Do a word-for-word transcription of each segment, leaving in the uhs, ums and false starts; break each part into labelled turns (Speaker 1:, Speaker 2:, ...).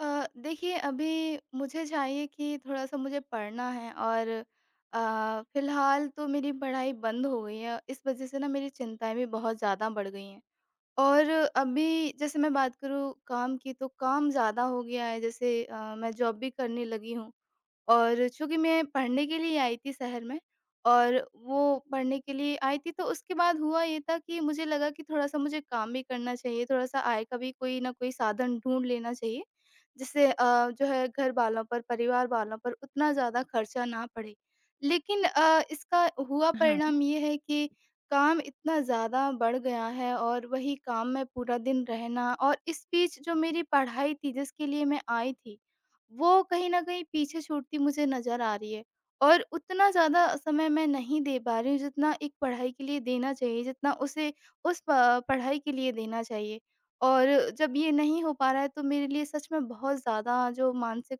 Speaker 1: अ, देखिए, अभी मुझे चाहिए कि थोड़ा-सा मुझे पढ़ना है और अ, फ़िलहाल तो मेरी पढ़ाई बंद हो गई है। इस वज़ह से ना मेरी चिंताएँ भी बहुत ज़्यादा बढ़ गई हैं। और अभी जैसे मैं बात करूँ काम की, तो काम ज़्यादा हो गया है, जैसे अ, मैं जॉब भी करने लगी हूँ। और चूँकि मैं पढ़ने के लिए ही आई थी शहर में और वो पढ़ने के लिए आई थी, तो उसके बाद हुआ ये था कि मुझे लगा कि थोड़ा-सा मुझे काम भी करना चाहिए, थोड़ा-सा आय का भी कोई ना कोई साधन ढूँढ लेना चाहिए, जिससे अ, जो है घर वालों पर, परिवार वालों पर उतना ज़्यादा खर्चा ना पड़े। लेकिन अ, इसका हुआ
Speaker 2: हाँ।
Speaker 1: परिणाम ये है कि काम इतना ज़्यादा बढ़ गया है और वही काम में पूरा दिन रहना और इस बीच जो मेरी पढ़ाई थी, जिसके लिए मैं आई थी वो कहीं न कहीं पीछे छूटती मुझे नज़र आ रही है। और उतना ज़्यादा समय मैं नहीं दे पा रही हूँ जितना एक पढ़ाई के लिए देना चाहिए, जितना उसे उस प पढ़ाई के लिए देना चाहिए। और जब ये नहीं हो पा रहा है तो मेरे लिए सच में बहुत ज़्यादा जो मानसिक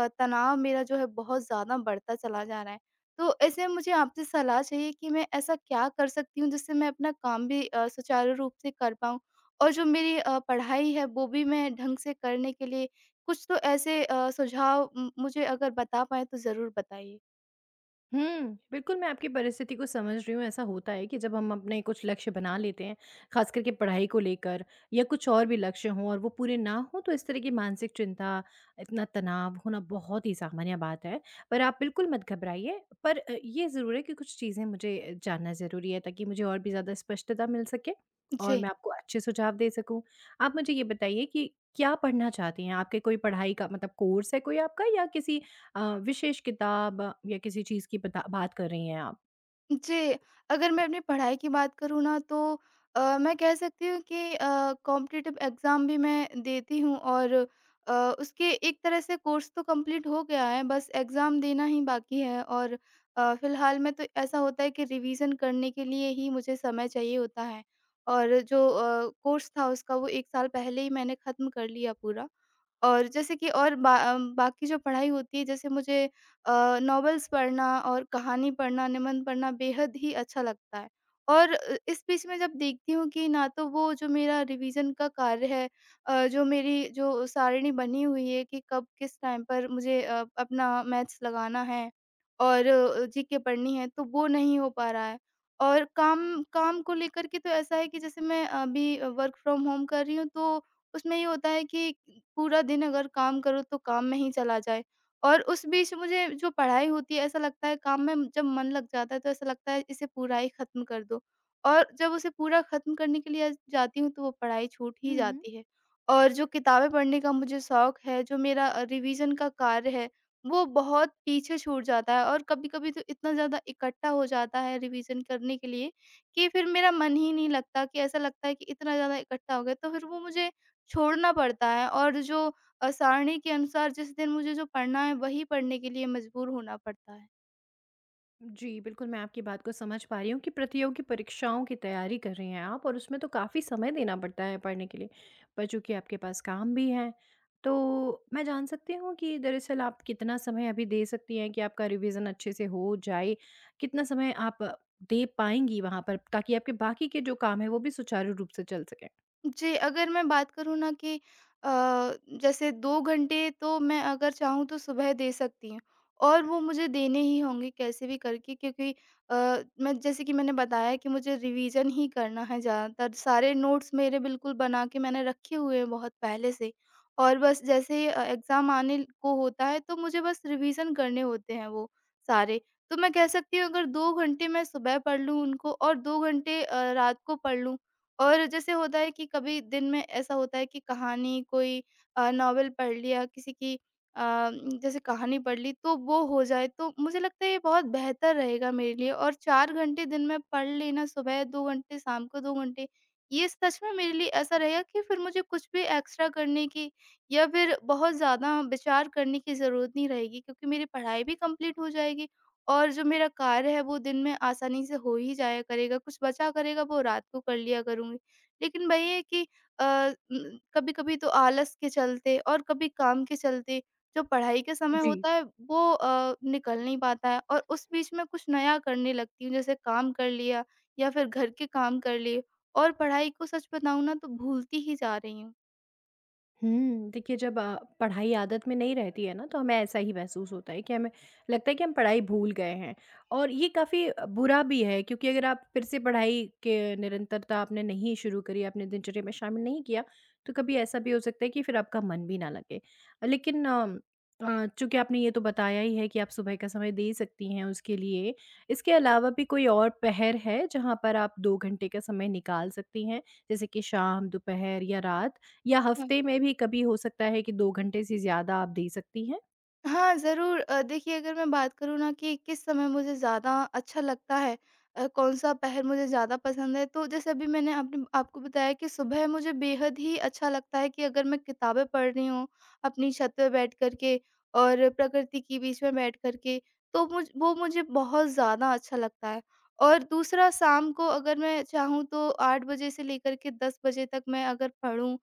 Speaker 1: अ, तनाव मेरा जो है बहुत ज़्यादा बढ़ता चला जा रहा है। तो ऐसे में मुझे आपसे सलाह चाहिए कि मैं ऐसा क्या कर सकती हूँ जिससे मैं अपना काम भी अ, सुचारू रूप से कर पाऊँ? और जो मेरी अ, पढ़ाई है वो भी मैं ढंग से करने के लिए कुछ तो ऐसे अ, सुझाव म मुझे अगर बता पाएँ तो ज़रूर बताइए?
Speaker 2: हुँ, बिल्कुल मैं आपकी परिस्थिति को समझ रही हूँ। ऐसा होता है कि जब हम अपने कुछ लक्ष्य बना लेते हैं, ख़ास करके पढ़ाई को लेकर, या कुछ और भी लक्ष्य हों और वो पूरे ना हों, तो इस तरह की मानसिक चिंता, इतना तनाव होना बहुत ही सामान्य बात है। पर आप बिल्कुल मत घबराइए, पर अ, ये ज़रूर है कि कुछ चीज़ें मुझे जानना ज़रूरी है, ताकि मुझे और भी ज़्यादा स्पष्टता मिल सके और
Speaker 1: जी।
Speaker 2: मैं आपको अच्छे सुझाव दे सकूँ। आप मुझे ये बताइए कि क्या पढ़ना चाहती हैं? आपके कोई पढ़ाई का मतलब कोर्स है कोई आपका, या किसी अ, विशेष किताब या किसी चीज़ की बता बात कर रही हैं आप?
Speaker 1: जी, अगर मैं अपनी पढ़ाई की बात करूँ ना तो अ, मैं कह सकती हूँ कि अ, कॉम्पिटिटिव एग्ज़ाम भी मैं देती हूँ और अ, उसके एक तरह से कोर्स तो कंप्लीट हो गया है, बस एग्ज़ाम देना ही बाकी है और अ, फ़िलहाल में तो ऐसा होता है कि रिवीज़न करने के लिए ही मुझे समय चाहिए होता है और जो अ, कोर्स था उसका वो एक साल पहले ही मैंने ख़त्म कर लिया पूरा। और जैसे कि और बा अ, बाकी जो पढ़ाई होती है जैसे मुझे अ, नॉवेल्स पढ़ना और कहानी पढ़ना, निबंध पढ़ना बेहद ही अच्छा लगता है। और अ, इस बीच में जब देखती हूँ कि ना तो वो जो मेरा रिवीज़न का कार्य है, अ, जो मेरी जो सारिणी बनी हुई है कि कब किस टाइम पर मुझे अ, अपना मैथ्स लगाना है और अ, जीके पढ़नी है, तो वो नहीं हो पा रहा है। और काम काम को लेकर के तो ऐसा है कि जैसे मैं अभी वर्क फ्रॉम होम कर रही हूँ, तो उसमें ये होता है कि पूरा दिन अगर काम करो तो काम में ही चला जाए। और उस बीच मुझे जो पढ़ाई होती है, ऐसा लगता है काम में जब मन लग जाता है तो ऐसा लगता है इसे पूरा ही ख़त्म कर दो। और जब उसे पूरा ख़त्म करने के लिए जाती हूँ तो वो पढ़ाई छूट ही
Speaker 2: हुँ, हुँ।
Speaker 1: जाती है। और जो किताबें पढ़ने का मुझे शौक है, जो मेरा अ, रिवीज़न का कार्य है, वो बहुत पीछे छूट जाता है और कभी-कभी तो इतना ज़्यादा इकट्ठा हो जाता है रिवीज़न करने के लिए कि फिर मेरा मन ही नहीं लगता, कि ऐसा लगता है कि इतना ज़्यादा इकट्ठा हो गया तो फिर वो मुझे छोड़ना पड़ता है और जो अ, सारणी के अनुसार जिस दिन मुझे जो पढ़ना है वही पढ़ने के लिए मजबूर होना पड़ता है।
Speaker 2: जी, बिल्कुल, मैं आपकी बात को समझ पा रही हूँ कि प्रतियोगी परीक्षाओं की तैयारी कर रही हैं आप, और उसमें तो काफ़ी समय देना पड़ता है पढ़ने के लिए, पर चूँकि आपके पास काम भी है, तो मैं जान सकती हूँ कि दरअसल आप कितना समय अभी दे सकती हैं कि आपका रिवीज़न अच्छे से हो जाए? कितना समय आप दे पाएँगी वहाँ पर, ताकि आपके बाकी के जो काम हैं, वो भी सुचारू रूप से चल सकें?
Speaker 1: जी, अगर मैं बात करूँ ना कि अ, जैसे दो घंटे तो मैं अगर चाहूँ तो सुबह दे सकती हूँ और वो मुझे देने ही होंगे कैसे भी करके, क्योंकि अ, मैं जैसे कि मैंने बताया कि मुझे रिवीज़न ही करना है ज़्यादातर, सारे नोट्स मेरे बिल्कुल बना के मैंने रखे हुए हैं बहुत पहले से और बस जैसे ही अ, एग्ज़ाम आने को होता है तो मुझे बस रिवीज़न करने होते हैं वो सारे। तो मैं कह सकती हूँ अगर दो घंटे मैं सुबह पढ़ लूँ उनको और दो घंटे अ, रात को पढ़ लूँ और जैसे होता है कि कभी दिन में ऐसा होता है कि कहानी कोई अ, नॉवेल पढ़ लिया, किसी की अ, म, जैसे कहानी पढ़ ली तो वो हो जाए तो मुझे लगता है ये बहुत बेहतर रहेगा मेरे लिए और चार घंटे दिन में पढ़ लेना, सुबह दो घंटे, शाम को दो घंटे, ये सच में मेरे लिए ऐसा रहेगा कि फिर मुझे कुछ भी एक्स्ट्रा करने की या फिर बहुत ज़्यादा विचार करने की ज़रूरत नहीं रहेगी, क्योंकि मेरी पढ़ाई भी कंप्लीट हो जाएगी और जो मेरा कार्य है वो दिन में आसानी से हो ही जाया करेगा, कुछ बचा करेगा वो रात को कर लिया करूँगी। लेकिन वही है कि अ, उम, कभी-कभी तो आलस के चलते और कभी काम के चलते जो पढ़ाई का समय
Speaker 2: जी।
Speaker 1: होता है वो अ, निकल नहीं पाता है और उस बीच में कुछ नया करने लगती हूँ, जैसे काम कर लिया या फिर घर के काम कर लिए और पढ़ाई को सच बताऊँ ना तो भूलती ही जा रही
Speaker 2: हुँ, देखिए, जब अ, पढ़ाई आदत में नहीं रहती है ना, तो हमें ऐसा ही महसूस होता है कि हमें लगता है कि हम पढ़ाई भूल गए हैं। और ये काफ़ी बुरा भी है, क्योंकि अगर आप फिर से पढ़ाई के निरंतरता आपने नहीं शुरू करी, आपने दिनचर्या में शामिल नहीं किया, तो कभी ऐसा भी हो सकता है कि फिर आपका मन भी ना लगे। लेकिन अ अ, चूँकि आपने ये तो बताया ही है कि आप सुबह का समय दे सकती हैं उसके लिए, इसके अलावा भी कोई और पहर है जहाँ पर आप दो घंटे का समय निकाल सकती हैं? जैसे कि शाम, दोपहर या रात? या
Speaker 1: हूँ।
Speaker 2: हफ्ते में भी कभी हो सकता है कि दो घंटे से ज़्यादा आप दे सकती हैं?
Speaker 1: हाँ, ज़रूर, अ, देखिए, अगर मैं बात करूँ ना कि किस समय मुझे ज़्यादा अच्छा लगता है, अ, कौन-सा पहर मुझे ज़्यादा पसंद है, तो जैसे अभी मैंने आपने आपको बताया कि सुबह मुझे बेहद ही अच्छा लगता है कि अगर मैं किताबें पढ़ रही हूँ, अपनी छत पे बैठ कर के और प्रकृति के बीच में बैठ कर के, तो मुझ वो मुझे बहुत ज़्यादा अच्छा लगता है। और दूसरा, शाम को अगर मैं चाहूँ तो आठ बजे से लेकर के दस बजे तक मैं अगर पढूँ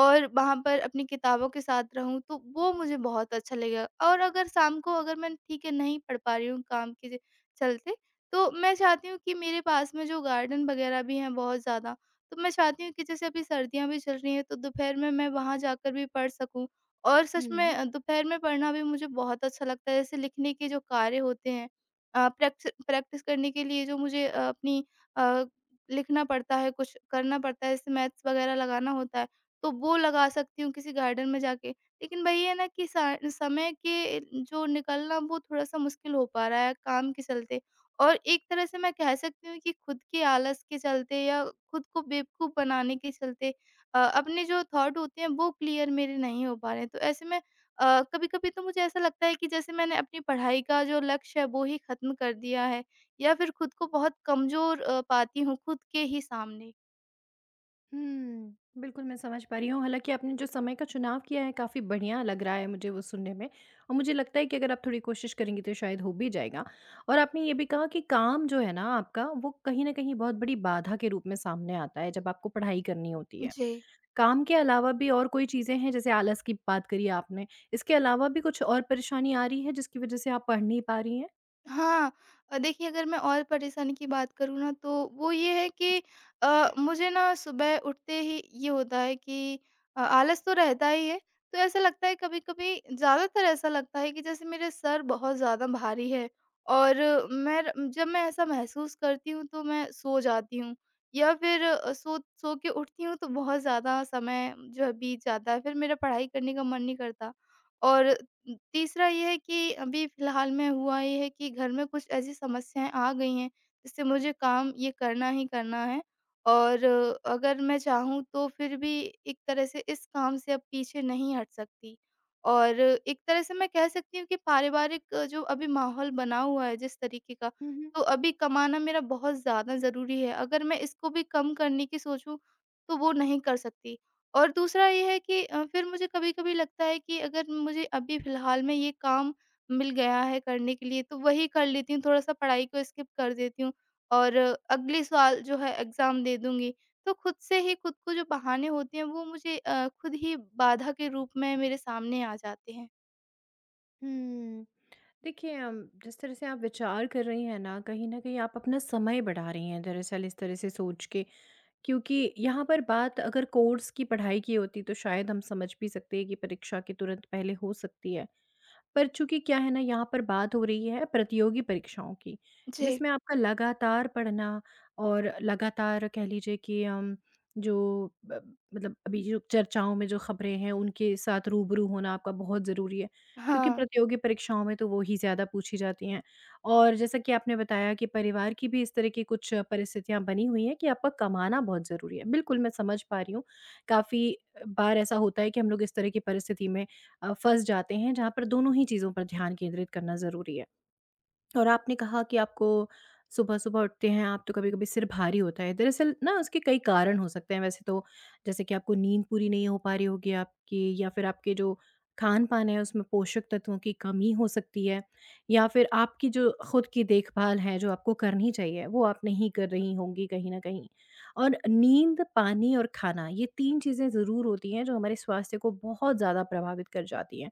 Speaker 1: और वहाँ पर अपनी किताबों के साथ रहूँ, तो वो मुझे बहुत अच्छा लगेगा। और अगर शाम को अगर मैं ठीक है नहीं पढ़ पा रही हूँ काम के चलते, तो मैं चाहती हूँ कि मेरे पास में जो गार्डन वगैरह भी हैं बहुत ज़्यादा, तो मैं चाहती हूँ कि जैसे अभी सर्दियाँ भी चल रही हैं, तो दोपहर में मैं वहाँ जाकर भी पढ़ सकूँ। और सच में
Speaker 2: हुँ।
Speaker 1: अ, दोपहर में पढ़ना भी मुझे बहुत अच्छा लगता है, जैसे लिखने के जो कार्य होते हैं, अ, प्रैक्स प्रैक्टिस करने के लिए जो मुझे अ, अपनी अ, लिखना पड़ता है, कुछ करना पड़ता है, जैसे मैथ्स वगैरह लगाना होता है, तो वो लगा सकती हूँ किसी गार्डन में जाके। लेकिन वही है ना कि सा समय के जो निकलना वो थोड़ा-सा मुश्किल हो पा रहा है काम के चलते। और एक तरह से मैं कह सकती हूँ कि खुद के आलस के चलते या खुद को बेवकूफ़ बनाने के चलते अ, अपने जो थॉट होते हैं वो क्लियर मेरे नहीं हो पा रहे हैं। तो ऐसे में अ, कभी-कभी तो मुझे ऐसा लगता है कि जैसे मैंने अपनी पढ़ाई का जो लक्ष्य है वो ही ख़त्म कर दिया है या फिर खुद को बहुत कमज़ोर अ, पाती हूँ खुद के ही सामने।
Speaker 2: हुँ, बिल्कुल मैं समझ पा रही हूँ। हालाँकि आपने जो समय का चुनाव किया है काफ़ी बढ़िया लग रहा है मुझे वो सुनने में, और मुझे लगता है कि अगर आप थोड़ी कोशिश करेंगी तो शायद हो भी जाएगा। और आपने ये भी कहा कि काम जो है ना आपका, वो कहीं न कहीं बहुत बड़ी बाधा के रूप में सामने आता है, जब आपको पढ़ाई करनी होती है।
Speaker 1: जी।
Speaker 2: काम के अलावा भी और कोई चीज़ें हैं, जैसे आलस की बात करी आपने, इसके अलावा भी कुछ और परेशानी आ रही है जिसकी वज़ह से आप पढ़ नहीं पा रही हैं?
Speaker 1: हाँ, अ, देखिए, अगर मैं और परेशानी की बात करूँ ना तो वो ये है कि अ, मुझे ना सुबह उठते ही ये होता है कि अ, आलस तो रहता ही है, तो ऐसा लगता है कभी-कभी, ज़्यादातर ऐसा लगता है कि जैसे मेरे सर बहुत ज़्यादा भारी है और मैं र जब मैं ऐसा महसूस करती हूँ तो मैं सो जाती हूँ या फिर अ, सो सो के उठती हूँ तो बहुत ज़्यादा समय जो है बीत जाता है, फिर मेरा पढ़ाई करने का मन नहीं करता। और उम, तीसरा ये है कि अभी फ़िलहाल में हुआ ये है कि घर में कुछ ऐसी समस्याएँ आ गई हैं, जिससे मुझे काम ये करना ही करना है और अगर मैं चाहूँ तो फिर भी एक तरह से इस काम से अब पीछे नहीं हट सकती। और एक तरह से मैं कह सकती हूँ कि पारिवारिक जो अभी माहौल बना हुआ है जिस तरीके का,
Speaker 2: हुँ, हुँ।
Speaker 1: तो अभी कमाना मेरा बहुत ज़्यादा ज़रूरी है। अगर मैं इसको भी कम करने की सोचूँ, तो वो नहीं कर सकती। और दूसरा ये है कि अ, फिर मुझे कभी-कभी लगता है कि अगर मुझे अभी फ़िलहाल में ये काम मिल गया है करने के लिए, तो वही कर लेती हूँ, थोड़ा-सा पढ़ाई को स्किप कर देती हूँ और अगले साल जो है एग्ज़ाम दे दूँगी। तो खुद से ही खुद को जो बहाने होते हैं, वो मुझे अ, खुद ही बाधा के रूप में मेरे सामने आ जाते हैं।
Speaker 2: हुँ। देखिए, अम, जिस तरह से आप विचार कर रही हैं ना, कहीं ना कहीं आप अपना समय बढ़ा रही हैं दरअसल इस तरह से सोच के, क्योंकि यहाँ पर बात अगर कोर्स की पढ़ाई की होती तो शायद हम समझ भी सकते हैं कि परीक्षा के तुरंत पहले हो सकती है। पर चूँकि क्या है ना, यहाँ पर बात हो रही है प्रतियोगी परीक्षाओं की,
Speaker 1: जी।
Speaker 2: जिसमें आपका लगातार पढ़ना और लगातार, कह लीजिए कि अम, जो ब मतलब, अभी जो चर्चाओं में जो खबरें हैं उनके साथ रूबरू होना आपका बहुत ज़रूरी है। क्योंकि
Speaker 1: हाँ।
Speaker 2: प्रतियोगी परीक्षाओं में तो वो ही ज़्यादा पूछी जाती हैं। और जैसा कि आपने बताया कि परिवार की भी इस तरह की कुछ परिस्थितियाँ बनी हुई हैं कि आपका कमाना बहुत ज़रूरी है। बिल्कुल, मैं समझ पा रही हूँ। काफ़ी बार ऐसा होता है कि हम लोग इस तरह की परिस्थिति में अ, फँस जाते हैं, जहाँ पर दोनों ही चीज़ों पर ध्यान केंद्रित करना ज़रूरी है। और आपने कहा कि आपको सुबह-सुबह उठते हैं आप तो कभी-कभी सिर भारी होता है। दरअसल ना, उसके कई कारण हो सकते हैं वैसे तो, जैसे कि आपको नींद पूरी नहीं हो पा रही होगी आपकी, या फिर आपके जो खान-पान है उसमें पोषक तत्वों की कमी हो सकती है, या फिर आपकी जो खुद की देखभाल है जो आपको करनी चाहिए वो आप नहीं कर रही होंगी कहीं न कहीं। और नींद, पानी और खाना, ये तीन चीज़ें ज़रूर होती हैं जो हमारे स्वास्थ्य को बहुत ज़्यादा प्रभावित कर जाती हैं।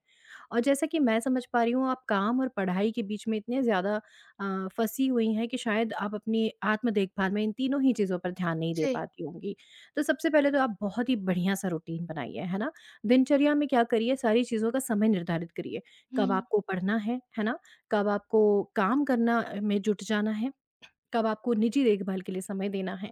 Speaker 2: और जैसा कि मैं समझ पा रही हूँ, आप काम और पढ़ाई के बीच में इतने ज़्यादा अ, फँसी हुई हैं कि शायद आप अपनी आत्म देखभाल में इन तीनों ही चीज़ों पर ध्यान नहीं दे
Speaker 1: जी।
Speaker 2: पाती होंगी। तो सबसे पहले तो आप बहुत ही बढ़िया-सा रूटीन बनाइए, है ना? दिनचर्या में क्या करिए, सारी चीज़ों का समय निर्धारित करिए। कब
Speaker 1: हुँ।
Speaker 2: आपको पढ़ना है, है ना? कब आपको काम करना में जुट जाना है, कब आपको निजी देखभाल के लिए समय देना है।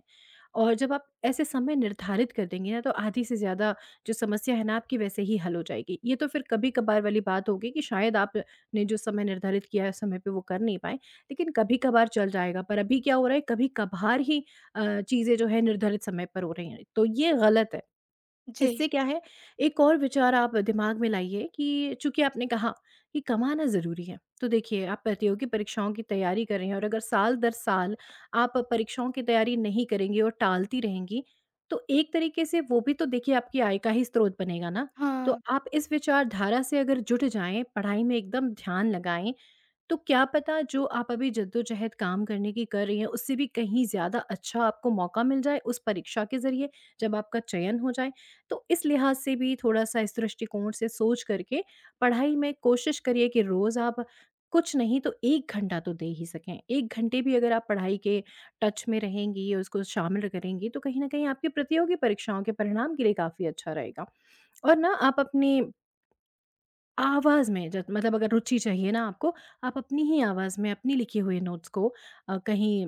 Speaker 2: और जब आप ऐसे समय निर्धारित कर देंगे ना, तो आधी से ज़्यादा जो समस्या है ना आपकी, वैसे ही हल हो जाएगी। ये तो फिर कभी-कभार वाली बात होगी कि शायद आपने जो समय निर्धारित किया है, समय पे वो कर नहीं पाए। लेकिन कभी-कभार चल जाएगा, पर अभी क्या हो रहा है, कभी-कभार ही अ, चीज़ें जो है निर्धारित समय पर हो रही हैं। तो ये गलत है।
Speaker 1: जी।
Speaker 2: इससे क्या है, एक और विचार आप दिमाग में लाइए कि चूँकि आपने कहा कि कमाना ज़रूरी है, तो देखिए, आप प्रतियोगी परीक्षाओं की तैयारी कर रहे हैं, और अगर साल दर साल आप परीक्षाओं की तैयारी नहीं करेंगी और टालती रहेंगी, तो एक तरीके से वो भी तो देखिए आपकी आय का ही स्रोत बनेगा ना। तो
Speaker 1: हाँ।
Speaker 2: आप इस विचारधारा से अगर जुट जाएँ, पढ़ाई में एकदम ध्यान लगाएँ, तो क्या पता जो आप अभी जद्दोजहद काम करने की कर रही हैं, उससे भी कहीं ज़्यादा अच्छा आपको मौका मिल जाए उस परीक्षा के ज़रिए, जब आपका चयन हो जाए। तो इस लिहाज़ से भी थोड़ा-सा इस दृष्टिकोण से सोच करके पढ़ाई में कोशिश करिए कि रोज़ आप कुछ नहीं तो एक घंटा तो दे ही सकें। एक घंटे भी अगर आप पढ़ाई के टच में रहेंगी, या उसको शामिल करेंगी, तो कहीं न कहीं आपकी प्रतियोगी परीक्षाओं के परिणाम के लिए काफ़ी अच्छा रहेगा। और ना आप अपनी आवाज़ में, जब मतलब अगर रुचि चाहिए ना आपको, आप अपनी ही आवाज़ में अपने लिखे हुए नोट्स को अ, कहीं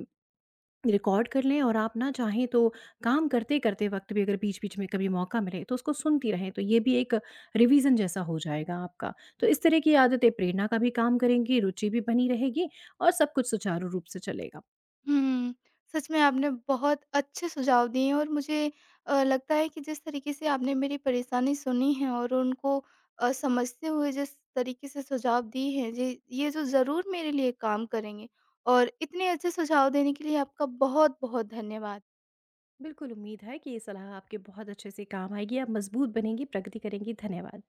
Speaker 2: रिकॉर्ड कर लें, और आप ना चाहें तो काम करते-करते वक़्त भी, अगर बीच-बीच में कभी मौका मिले, तो उसको सुनती रहें, तो ये भी एक रिवीज़न जैसा हो जाएगा आपका। तो इस तरह की आदतें प्रेरणा का भी काम करेंगी, रुचि भी बनी रहेगी, और सब कुछ सुचारू रूप से चलेगा।
Speaker 1: हुँ। सच में आपने बहुत अच्छे सुझाव दिए हैं और मुझे अ, लगता है कि जिस तरीके से आपने मेरी परेशानी सुनी है और उनको अ, समझते हुए जिस तरीके से सुझाव दिए हैं, जी, ये जो ज़रूर मेरे लिए काम करेंगे और इतने अच्छे सुझाव देने के लिए आपका बहुत-बहुत धन्यवाद।
Speaker 2: बिल्कुल उम्मीद है कि ये सलाह आपके बहुत अच्छे से काम आएगी, आप मज़बूत बनेंगी, प्रगति करेंगी। धन्यवाद।